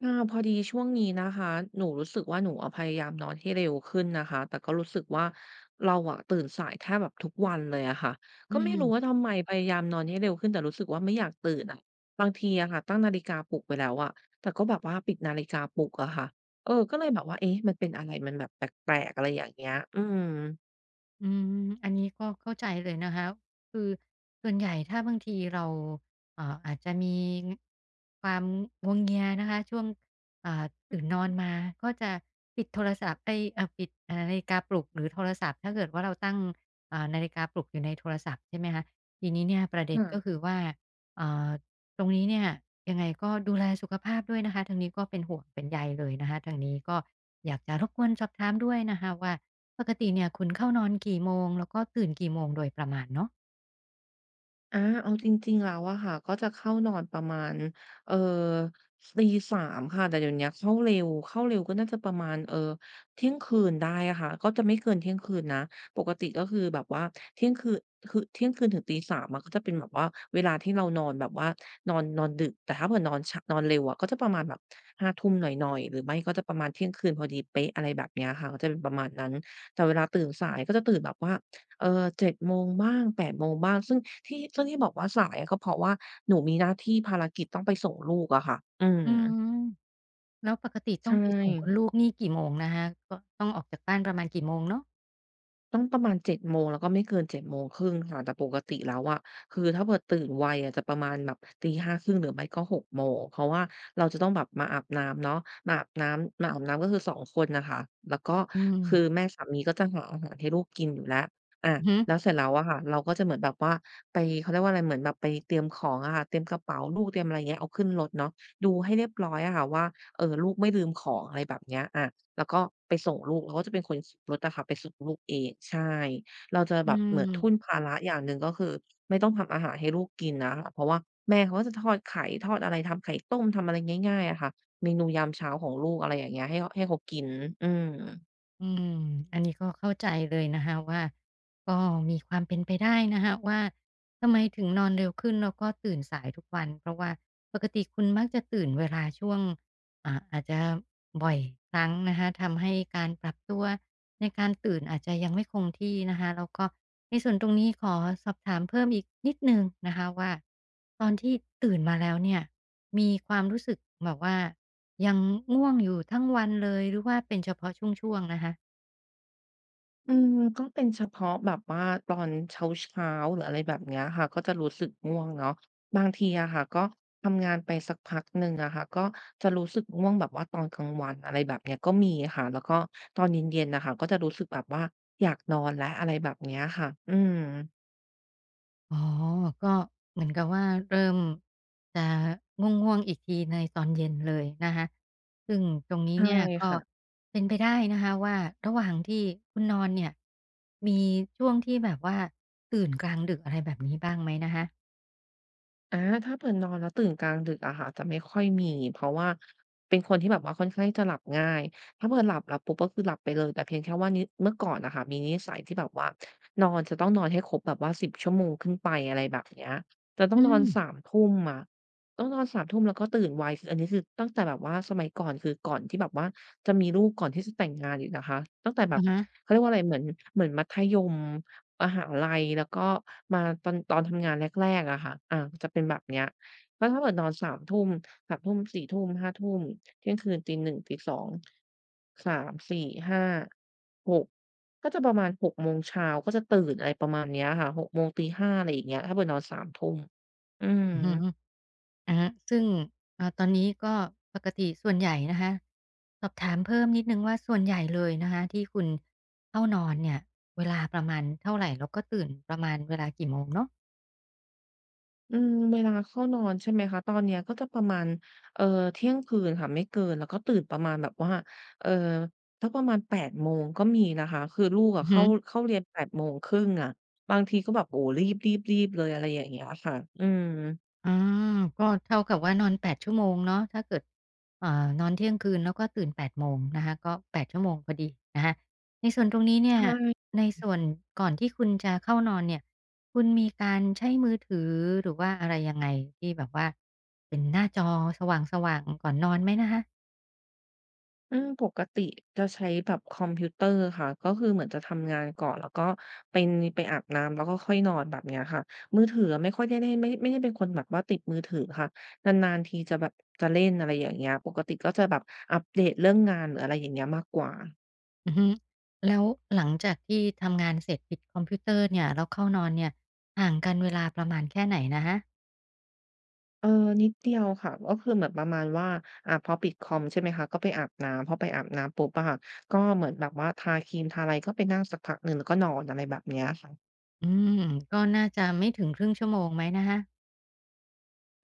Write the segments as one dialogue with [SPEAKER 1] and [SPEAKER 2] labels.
[SPEAKER 1] อาพอดีช่วงนี้นะคะหนูรู้สึกว่าหนูอะพยายามนอนให้เร็วขึ้นนะคะแต่ก็รู้สึกว่าเราอะตื่นสายแทบแบบทุกวันเลยอะค่ะ
[SPEAKER 2] อื
[SPEAKER 1] ก็ไม่
[SPEAKER 2] ม
[SPEAKER 1] รู้ว่าทำไมพยายามนอนให้เร็วขึ้นแต่รู้สึกว่าไม่อยากตื่นอะบางทีอะค่ะตั้งนาฬิกาปลุกไปแล้วอะแต่ก็แบบว่าปิดนาฬิกาปลุกอะค่ะเออก็เลยแบบว่าเอ๊ะมันเป็นอะไรมันแบบแปลกๆอะไรอย่างเงี้ยอืม
[SPEAKER 2] อืมอันนี้ก็เข้าใจเลยนะคะ คือส่วนใหญ่ถ้าบางทีเราอาจจะมีความงัวเงียนะคะช่วงอ่าตื่นนอนมา ก็จะปิดโทรศัพท์เอ๊ยเอ่อปิดเอ่อนาฬิกาปลุกหรือโทรศัพท์ถ้าเกิดว่าเราตั้งนาฬิกาปลุกอยู่ในโทรศัพท์ใช่ไหมคะทีนี้เนี่ยประเด็นก็คือว่าเอ่อตรงนี้เนี่ยยังไงก็ดูแลสุขภาพด้วยนะคะทางนี้ก็เป็นห่วงเป็นใยเลยนะคะทางนี้ก็อยากจะรบกวนสอบถามด้วยนะคะว่า ปกติเนี่ยคุณเข้านอนกี่โมงแล้วก็ตื่นกี่โมงโดยประมาณเนาะ
[SPEAKER 1] อาเอาจริงๆแล้วอะค่ะก็จะเข้านอนประมาณเอ่อตีสามค่ะแต่เดี๋ยวเนี้ยเข้าเร็วเข้าเร็วก็น่าจะประมาณเที่ยงคืนได้อะค่ะก็จะไม่เกินเที่ยงคืนนะปกติก็คือแบบว่าเที่ยงคืนคือเที่ยงคืนถึง3 0มอะก็จะเป็นแบบว่าเวลาที่เรานอนแบบว่านอนนอนดึกแต่ถ้าเผื่อนอนชนอนเร็วอะก็จะประมาณแบบห้าทุ่มหน่อยๆหรือไม่ก็จะประมาณเที่ยงคืนพอดีเป๊ะอะไรแบบเนี้ยค่ะก็จะเป็นประมาณนั้นแต่เวลาตื่นสายก็จะตื่นแบบว่า เอ่อเจ็ดโมงบ้างแปดโมงบ้างซึ่งที่บอกว่าสายอะก็เพราะว่าหนูมีหน้าที่ภารกิจต้องไปส่งลูกอะค่ะอืม
[SPEAKER 2] อืมแล้วปกติต้อ
[SPEAKER 1] ใช่
[SPEAKER 2] งไปส่งคุณลูกนี่กี่โมงนะคะก็ต้องออกจากบ้านประมาณกี่โมงเนาะ
[SPEAKER 1] ต้องประมาณเจ็ดโมงแล้วก็ไม่เกินเจ็ดโมงครึ่งค่ะแต่ปกติแล้วอะคือถ้าเกิดตื่นไวอะจะประมาณแบบตีห้าครึ่งหรือไม่ก็หกโมงเพราะว่าเราจะต้องแบบมาอาบน้ำเนาะมาอาบน้ำก็คือสองคนน่ะค่ะแล้วก็
[SPEAKER 2] อื
[SPEAKER 1] คือ
[SPEAKER 2] ม
[SPEAKER 1] แม่สามีก็จะหาอาหารให้ลูกกินอยู่แล้วอา
[SPEAKER 2] อือฮึ
[SPEAKER 1] แล้วเสร็จแล้วอะค่ะเราก็จะเหมือนแบบว่าไปเขาเรียกว่าอะไรเหมือนแบบไปเตรียมของอะค่ะเตรียมกระเป๋าลูกเตรียมอะไรอย่างเงี้ยเอาขึ้นรถเนาะดูให้เรียบร้อยอะค่ะว่าลูกไม่ลืมของอะไรแบบเนี้ยอา แล้วก็ไปส่งลูกเราก็จะเป็นคนขับรถอะค่ะไปส่งลูกเองใช่ เราจะแบ
[SPEAKER 2] อื
[SPEAKER 1] บเหมือนทุ่น
[SPEAKER 2] ม
[SPEAKER 1] ภาระอย่างหนึ่งก็คือไม่ต้องทำอาหารให้ลูกกินอะค่ะเพราะว่าแม่เขาก็จะทอดไข่ทอดอะไรทำไข่ต้มทำอะไรง่ายๆอะค่ะเมนูยามเช้าของลูกอะไรอย่างเงี้ยให้เขากินอืม
[SPEAKER 2] อืมอันนี้ก็เข้าใจเลยนะคะว่าก็มีความเป็นไปได้นะคะว่าทำไมถึงนอนเร็วขึ้นแล้วก็ตื่นสายทุกวันเพราะว่าปกติคุณมักจะตื่นเวลาช่วงอาจจะบ่อยครั้งนะคะทำให้การปรับตัวในการตื่นอาจจะยังไม่คงที่นะคะแล้วก็ในส่วนตรงนี้ขอสอบถามเพิ่มอีกนิดนึงนะคะว่าตอนที่ตื่นมาแล้วเนี่ยมีความรู้สึกแบบว่ายังง่วงอยู่ทั้งวันเลยหรือว่าเป็นเฉพาะช่วงๆนะคะ
[SPEAKER 1] อืมก็เป็นเฉพาะแบบว่าตอนเช้าๆหรืออะไรแบบเนี้ยค่ะก็จะรู้สึกง่วงเนาะบางทีอะค่ะก็ทำงานไปสักพักหนึ่งอะค่ะก็จะรู้สึกง่วงแบบว่าตอนกลางวันอะไรแบบเนี้ยก็มีค่ะแล้วก็ตอนเย็นๆน่ะค่ะก็จะรู้สึกแบบว่าอยากนอนแล้วอะไรแบบเนี้ยค่ะอืม
[SPEAKER 2] อ๋อก็เหมือนกับว่าเริ่มจะง่วงๆอีกทีในตอนเย็นเลยนะคะซึ่งตรงนี้
[SPEAKER 1] ใช่
[SPEAKER 2] เนี่ยก็
[SPEAKER 1] ค่ะ
[SPEAKER 2] เป็นไปได้นะคะว่าระหว่างที่คุณนอนเนี่ยมีช่วงที่แบบว่าตื่นกลางดึกอะไรแบบนี้บ้างไหมนะคะ
[SPEAKER 1] อาถ้าเผื่อนอนแล้วตื่นกลางดึกอะค่ะจะไม่ค่อยมีเพราะว่าเป็นคนที่แบบว่าค่อนข้างที่จะหลับง่ายถ้าเผื่อหลับปุ๊บก็คือหลับไปเลยแต่เพียงแค่ว่านิเมื่อก่อนน่ะค่ะมีนิสัยที่แบบว่านอนจะต้องนอนให้ครบแบบว่า10ชั่วโมงขึ้นไปอะไรแบบเนี้ยจะต้อง
[SPEAKER 2] อื
[SPEAKER 1] นอน
[SPEAKER 2] ม
[SPEAKER 1] 3ทุ่มอะต้องนอนสามทุ่มแล้วก็ตื่นไวคืออันนี้คือตั้งแต่แบบว่าสมัยก่อนคือก่อนที่แบบว่าจะมีลูกก่อนที่จะแต่งงานอีกนะคะตั้งแต่แบบ
[SPEAKER 2] อะฮะ
[SPEAKER 1] เขาเรียกว่าอะไรเหมือนเหมือนมัธยม มหาลัยแล้วก็มาตอนทำงานแรกๆอะค่ะอาจะเป็นแบบเนี้ยแล้วถ้าเกิดนอน21:00่1 0 0 22:00ทุ่มสี่ทุ่มห้าทุ่มเที่ยงคืนต1หนึ2งตี3องส4มสี5ห้า6กก็จะประมาณ6มงเช้าก็จะตื่นอะไรประมาณเนี้ยค่ะหกโมงตี5้าอะไรอย่างเงี้ยถ้าเผื่อนอน21:00อืม
[SPEAKER 2] อือฮึอะฮะซึ่งตอนนี้ก็ปกติส่วนใหญ่นะคะสอบถามเพิ่มนิดหนึ่งว่าส่วนใหญ่เลยนะคะที่คุณเข้านอนเนี่ยเวลาประมาณเท่าไรแล้วก็ตื่นประมาณเวลากี่โมงเนาะ
[SPEAKER 1] อืมเวลาเข้านอนใช่ไหมคะตอนเนี้ยก็จะประมาณเอ่อเที่ยงคืนค่ะไม่เกินแล้วก็ตื่นประมาณแบบว่าเอ่อสักประมาณ8โมงก็มีนะคะคือลูกอะ
[SPEAKER 2] อือฮึ
[SPEAKER 1] เข้าเรียน8โมงครึ่งอะบางทีก็แบบโอ้โฮรีบๆๆเลยอะไรอย่างเงี้ยค่ะอืม
[SPEAKER 2] ออก็เท่ากับว่านอน8ชั่วโมงเนาะถ้าเกิดนอนเที่ยงคืนแล้วก็ตื่น8โมงนะคะก็8ชั่วโมงพอดีนะคะในส่วนตรงนี้
[SPEAKER 1] ใ
[SPEAKER 2] เนี่ย
[SPEAKER 1] ช่
[SPEAKER 2] ในส่วนก่อนที่คุณจะเข้านอนเนี่ยคุณมีการใช้มือถือหรือว่าอะไรยังไงที่แบบว่าเป็นหน้าจอสว่างๆก่อนนอนไหมนะคะ
[SPEAKER 1] ปกติจะใช้แบบคอมพิวเตอร์ค่ะก็คือเหมือนจะทำงานก่อนแล้วก็ไปไปอาบน้ำแล้วก็ค่อยนอนแบบเนี้ยค่ะมือถืออะไม่ค่อยได้เล่นไม่ได้เป็นคนแบบว่าติดมือถือค่ะนานๆทีจะแบบจะเล่นอะไรอย่างเงี้ยปกติก็จะแบบอัปเดตเรื่องงานหรืออะไรอย่างเงี้ยมากกว่า
[SPEAKER 2] อือฮึแล้วหลังจากที่ทำงานเสร็จปิดคอมพิวเตอร์เนี่ยแล้วเข้านอนเนี่ยห่างกันเวลาประมาณแค่ไหนนะคะ
[SPEAKER 1] เออนิดเดียวค่ะก็คือเหมือนประมาณว่าพอปิดคอมใช่ไหมคะก็ไปอาบน้ำพอไปอาบน้ำปุ๊บอะค่ะก็เหมือนแบบว่าทาครีมทาอะไรก็ไปนั่งสักพักหนึ่งแล้วก็นอนอะไรแบบเนี้ยค่ะ
[SPEAKER 2] อืมก็น่าจะไม่ถึงครึ่งชั่วโมงไหมนะคะ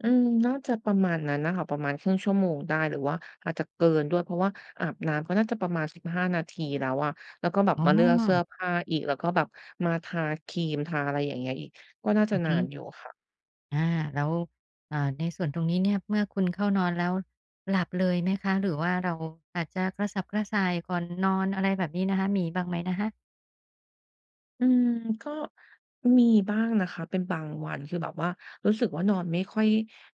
[SPEAKER 1] อืมน่าจะประมาณนั้นน่ะค่ะประมาณครึ่งชั่วโมงได้หรือว่าอาจจะเกินด้วยเพราะว่าอาบน้ำก็น่าจะประมาณ1านาทีแล้วอะแล้วก็แบบ
[SPEAKER 2] อ๋อ
[SPEAKER 1] มาเลือกเสื้อผ้าอีกแล้วก็แบบมาทาครีมทาอะไรอย่างเงี้ยอีกก็น่าจะ
[SPEAKER 2] อือ
[SPEAKER 1] นา
[SPEAKER 2] ฮึ
[SPEAKER 1] นอยู่ค่ะ
[SPEAKER 2] อาแล้วในส่วนตรงนี้เนี่ยเมื่อคุณเข้านอนแล้วหลับเลยไหมคะ หรือว่าเราอาจจะกระสับกระส่ายก่อนนอนอะไรแบบนี้นะคะมีบ้างไหมนะคะ
[SPEAKER 1] อืมก็มีบ้างนะคะเป็นบางวันคือแบบว่ารู้สึกว่านอน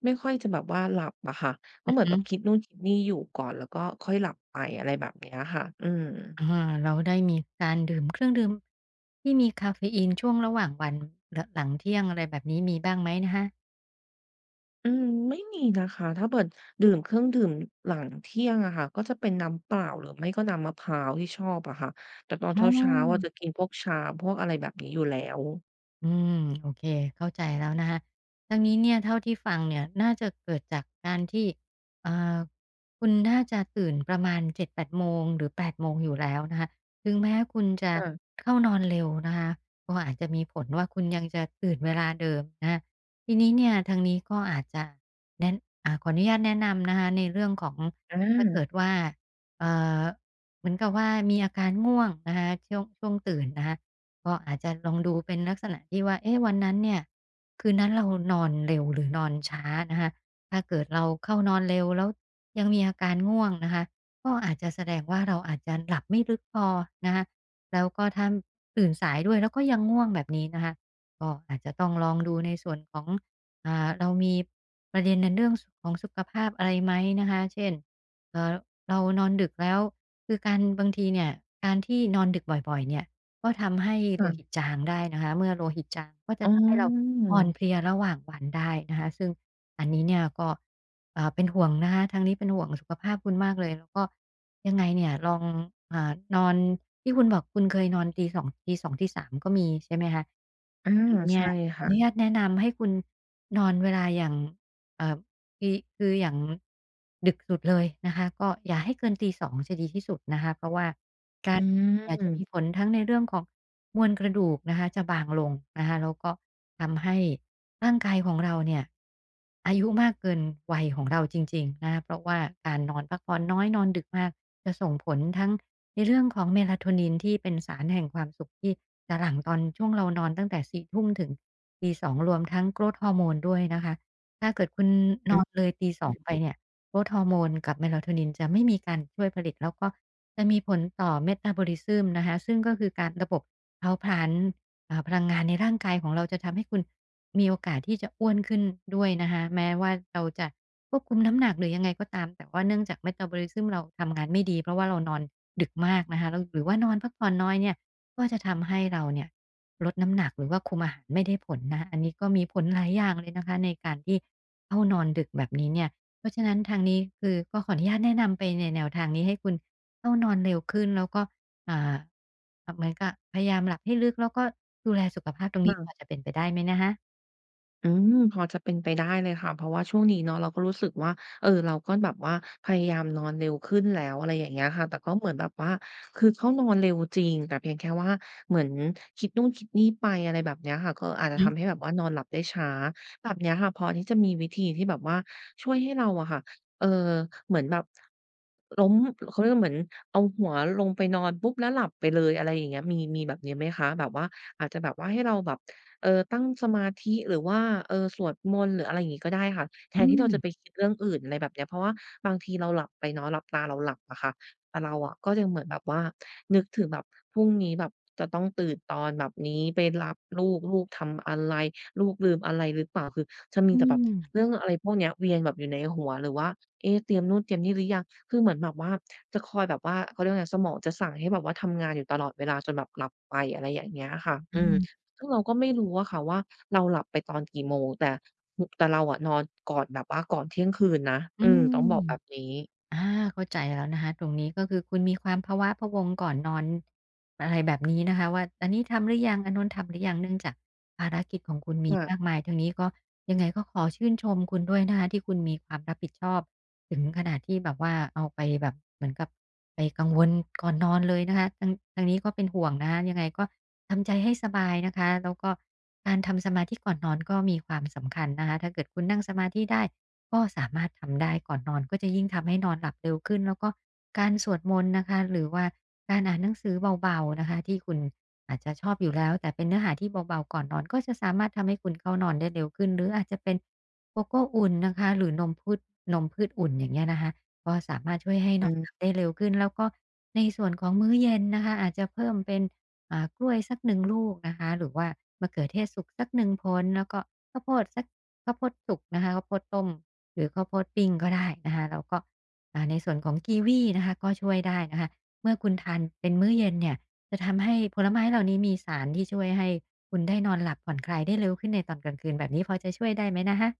[SPEAKER 1] ไม่ค่อยจะแบบว่าหลับอะค่ะก็
[SPEAKER 2] อือ
[SPEAKER 1] เหมือน
[SPEAKER 2] ฮึ
[SPEAKER 1] แบบคิดนู่นคิดนี่อยู่ก่อนแล้วก็ค่อยหลับไปอะไรแบบเนี้ยค่ะอืม
[SPEAKER 2] อาแล้วได้มีการดื่มเครื่องดื่มที่มีกาเฟอีนช่วงระหว่างวันหหลังเที่ยงอะไรแบบนี้มีบ้างไหมนะคะ
[SPEAKER 1] อืมไม่มีนะคะถ้าเปิดดื่มเครื่องดื่มหลังเที่ยงอะค่ะก็จะเป็นน้ำเปล่าหรือไม่ก็น้ำมะพร้าวที่ชอบอะค่ะแต่ตอนเ
[SPEAKER 2] อ๋อ
[SPEAKER 1] ช้าๆอะจะกินพวกชาพวกอะไรแบบนี้อยู่แล้ว
[SPEAKER 2] อืมโอเคเข้าใจแล้วนะคะทั้งนี้เนี่ยเท่าที่ฟังเนี่ยน่าจะเกิดจากการที่เอ่อคุณน่าจะตื่นประมาณ7-8โมงหรือ8โมงอยู่แล้วนะคะถึงแม้คุณจะ
[SPEAKER 1] ค่ะ
[SPEAKER 2] เข้านอนเร็วนะคะก็อาจจะมีผลว่าคุณยังจะตื่นเวลาเดิมนะคะทีนี้เนี่ยทางนี้ก็อาจจะแนะอ่าขออนุญาตแนะนำนะคะในเรื่องของ
[SPEAKER 1] อา
[SPEAKER 2] ถ้าเกิดว่าเอ่อเหมือนกับว่ามีอาการง่วงนะคะช่วงตื่นนะคะ ก็อาจจะลองดูเป็นลักษณะที่ว่าเอ๊ะวันนั้นเนี่ยคืนนั้นเรานอนเร็วหรือนอนช้านะคะถ้าเกิดเราเข้านอนเร็วแล้วยังมีอาการง่วงนะคะก็อาจจะแสดงว่าเราอาจจะหลับไม่ลึกพอนะคะแล้วก็ถ้าตื่นสายด้วยแล้วก็ยังง่วงแบบนี้นะคะก็อาจจะต้องลองดูในส่วนของเรามีประเด็นในเรื่องของสุขภาพอะไรไหมนะคะเช่นเอ่อเรานอนดึกแล้วคือการบางทีเนี่ยการที่นอนดึกบ่อยๆเนี่ย ก็ทำให้โลหิต
[SPEAKER 1] ค่ะ
[SPEAKER 2] จางได้นะคะเมื่อโลหิตจางก็จะ
[SPEAKER 1] อ๋
[SPEAKER 2] ทำให้เรา
[SPEAKER 1] อ
[SPEAKER 2] อ่อนเพลียระหว่างวันได้นะคะซึ่งอันนี้เนี่ยก็เอ่าเป็นห่วงนะคะทางนี้เป็นห่วงสุขภาพคุณมากเลยแล้วก็ยังไงเนี่ยลองนอนที่คุณบอกคุณเคยนอนตีสองตีสามก็มีใช่ไหมคะ
[SPEAKER 1] อา
[SPEAKER 2] อันนี้เนี่ย
[SPEAKER 1] ใช่
[SPEAKER 2] ขออนุญาต
[SPEAKER 1] ค่ะ
[SPEAKER 2] แนะนำให้คุณนอนเวลาอย่างเอ่อ คืออย่างดึกสุดเลยนะคะก็อย่าให้เกินตี2จะดีที่สุดนะคะเพราะว่าการ
[SPEAKER 1] อื
[SPEAKER 2] นอนดึกเนี่ยจะมี
[SPEAKER 1] ม
[SPEAKER 2] ผลทั้งในเรื่องของมวลกระดูกนะคะจะบางลงนะคะแล้วก็ทำให้ร่างกายของเราเนี่ยอายุมากเกินวัยของเราจริงๆนะคะเพราะว่าการนอนพักผ่อนน้อยนอนดึกมากจะส่งผลทั้งในเรื่องของ Melatonin ที่เป็นสารแห่งความสุขที่จะหลั่งตอนช่วงเรานอนตั้งแต่สี่ทุ่มถึงตี2องรวมทั้ง growth hormone ด้วยนะคะ ถ้าเกิดคุณน
[SPEAKER 1] อื
[SPEAKER 2] อ
[SPEAKER 1] ม
[SPEAKER 2] นเลยตี2ไปเนี่ย growth hormone กับ melatonin จะไม่มีการช่วยผลิตแล้วก็จะมีผลต่อ metabolism นะคะซึ่งก็คือการระบบเผาผลาญพลังงานในร่างกายของเราจะทำให้คุณมีโอกาสที่จะอ้วนขึ้นด้วยนะคะแม้ว่าเราจะควบคุมน้ำหนักหรือยังไงก็ตามแต่ว่าเนื่องจาก metabolism เราทำงานไม่ดีเพราะว่าเรานอนดึกมากนะคะแล้วหรือว่านอนพักผ่อนน้อยเนี่ยก็จะทำให้เราเนี่ย ลดน้ำหนักหรือว่าคุมอาหารไม่ได้ผลนะอันนี้ก็มีผลหลายอย่างเลยนะคะในการที่เข้านอนดึกแบบนี้เนี่ยเพราะฉะนั้นทางนี้คือก็ขออนุญาตแนะนำไปในแนวทางนี้ให้คุณเข้านอนเร็วขึ้นแล้วก็อ่าอเหมือนกับพยายามหลับให้ลึกแล้วก็ดูแลสุขภาพตรงนี้พอ
[SPEAKER 1] ค่ะ
[SPEAKER 2] จะเป็นไปได้ไหมนะคะ
[SPEAKER 1] อืมพอจะเป็นไปได้เลยค่ะเพราะว่าช่วงนี้เนาะเราก็รู้สึกว่าเราก็แบบว่าพยายามนอนเร็วขึ้นแล้วอะไรอย่างเงี้ยค่ะแต่ก็เหมือนแบบว่าคือเข้านอนเร็วจริงแต่เพียงแค่ว่าเหมือนคิดนู่นคิดนี่ไปอะไรแบบเนี้ยค่ะก็อา
[SPEAKER 2] อื
[SPEAKER 1] จ
[SPEAKER 2] อ
[SPEAKER 1] จะ
[SPEAKER 2] ฮึ
[SPEAKER 1] ทำให้แบบว่านอนหลับได้ช้าแบบเนี้ยค่ะพอที่จะมีวิธีที่แบบว่าช่วยให้เราอะค่ะเออเหมือนแบบล้มเขาเรียกว่าเหมือนเอาหัวลงไปนอนปุ๊บแล้วหลับไปเลยอะไรอย่างเงี้ยมีแบบนี้ไหมคะแบบว่าอาจจะแบบว่าให้เราแบบ ตั้งสมาธิหรือว่าสวดมนต์หรืออะไรอย่างงี้ก็ได้ค่ะแท
[SPEAKER 2] อื
[SPEAKER 1] นที่เรา
[SPEAKER 2] ม
[SPEAKER 1] จะไปคิดเรื่องอื่นอะไรแบบเนี้ยเพราะว่าบางทีเราหลับไปเนาะหลับตาเราหลับอะค่ะแต่เราอะก็ยังเหมือนแบบว่านึกถึงแบบพรุ่งนี้แบบจะต้องตื่นตอนแบบนี้ไปรับลูกลูกทำอะไรลูกลืมอะไรหรือเปล่าคือจะมี
[SPEAKER 2] อื
[SPEAKER 1] แต่แบบ
[SPEAKER 2] ม
[SPEAKER 1] เรื่องอะไรพวกเนี้ยเวียนแบบอยู่ในหัวหรือว่าเอ๊ะเตรียมนู่นเตรียมนี่หรือยังคือเหมือนแบบว่าจะคอยแบบว่าเขาเรียกว่าไงสมองจะสั่งให้แบบว่าทำงานอยู่ตลอดเวลาจนแบบหลับไปอะไรอย่างเงี้ยค่ะ
[SPEAKER 2] อื
[SPEAKER 1] อืม
[SPEAKER 2] ม
[SPEAKER 1] ซึ่งเราก็ไม่รู้อะค่ะว่าเราหลับไปตอนกี่โมงแต่แต่เราอะนอนก่อนแบบว่าก่อนเที่ยงคืนนะอื
[SPEAKER 2] อื
[SPEAKER 1] มต้อง
[SPEAKER 2] ม
[SPEAKER 1] บอกแบบนี้
[SPEAKER 2] อ่าเข้าใจแล้วนะคะตรงนี้ก็คือคุณมีความภาวะพะวงก่อนนอนอะไรแบบนี้นะคะว่าอันนี้ทำหรือยังอันนู้นทำหรือยังเนื่องจากภารกิจของคุณมีมาก
[SPEAKER 1] ค่ะ
[SPEAKER 2] มายทางนี้ก็ยังไงก็ขอชื่นชมคุณด้วยนะคะที่คุณมีความรับผิดชอบถึงขนาดที่แบบว่าเอาไปแบบเหมือนกับไปกังวลก่อนนอนเลยนะคะทางนี้ก็เป็นห่วงนะคะยังไงก็ทำใจให้สบายนะคะแล้วก็การทำสมาธิก่อนนอนก็มีความสำคัญนะคะถ้าเกิดคุณนั่งสมาธิได้ ก็สามารถทำได้ก่อนนอนก็จะยิ่งทำให้นอนหลับเร็วขึ้นแล้วก็การสวดมนต์นะคะหรือว่าการอ่านหนังสือเบาๆนะคะที่คุณอาจจะชอบอยู่แล้วแต่เป็นเนื้อหาที่เบาๆก่อนนอนก็จะสามารถทำให้คุณเข้านอนได้เร็วขึ้นหรืออาจจะเป็นโกโก้อุ่นนะคะหรือนมพืชอุ่นอย่างเงี้ยนะคะก็สามารถช่วยให้
[SPEAKER 1] อื
[SPEAKER 2] นอนหลับ
[SPEAKER 1] ม
[SPEAKER 2] ได้เร็วขึ้นแล้วก็ในส่วนของมื้อเย็นนะคะอาจจะเพิ่มเป็นกล้วยสักหนึ่งลูกนะคะหรือว่ามะเขือเทศสุกสักหนึ่งผลแล้วก็ข้าวโพดสักข้าวโพดสุกนะคะข้าวโพดต้ม หรือข้าวโพดปิ้งก็ได้นะคะแล้วก็ในส่วนของกีวีนะคะก็ช่วยได้นะคะเมื่อคุณทานเป็นมื้อเย็นเนี่ยจะทำให้ผลไม้เหล่านี้มีสารที่ช่วยให้คุณได้นอนหลับผ่อนคลายได้เร็วขึ้นในตอนกลางคืนแบบนี้พอจะช่วยได้ไหมนะคะ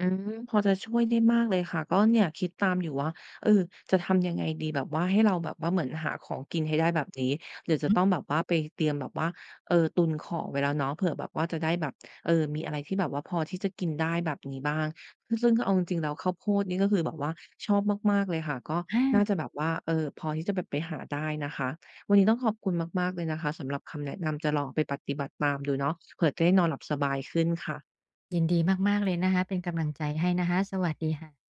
[SPEAKER 1] อืมพอจะช่วยได้มากเลยค่ะก็เนี่ยคิดตามอยู่ว่าเออจะทำยังไงดีแบบว่าให้เราแบบว่าเหมือนหาของกินให้ได้แบบนี้เดี๋ยวจะ
[SPEAKER 2] อืม
[SPEAKER 1] ต้องแบบว่าไปเตรียมแบบว่าตุนของไว้แล้วเนาะเผื่อแบบว่าจะได้แบบมีอะไรที่แบบว่าพอที่จะกินได้แบบนี้บ้างซึ่งเอาจริงๆแล้วข้าวโพดนี่ก็คือแบบว่าชอบมากๆเลยค่ะก็น่า
[SPEAKER 2] า
[SPEAKER 1] จะแบบว่าพอที่จะแบบไปหาได้นะคะวันนี้ต้องขอบคุณมากๆเลยนะคะสำหรับคำแนะนำจะลองเไปปฏิบัติตามดูเนาะเผื่อจะได้นอนหลับสบายขึ้นค่ะ
[SPEAKER 2] ยินดีมากๆเลยนะคะเป็นกำลังใจให้นะคะสวัสดีค่ะ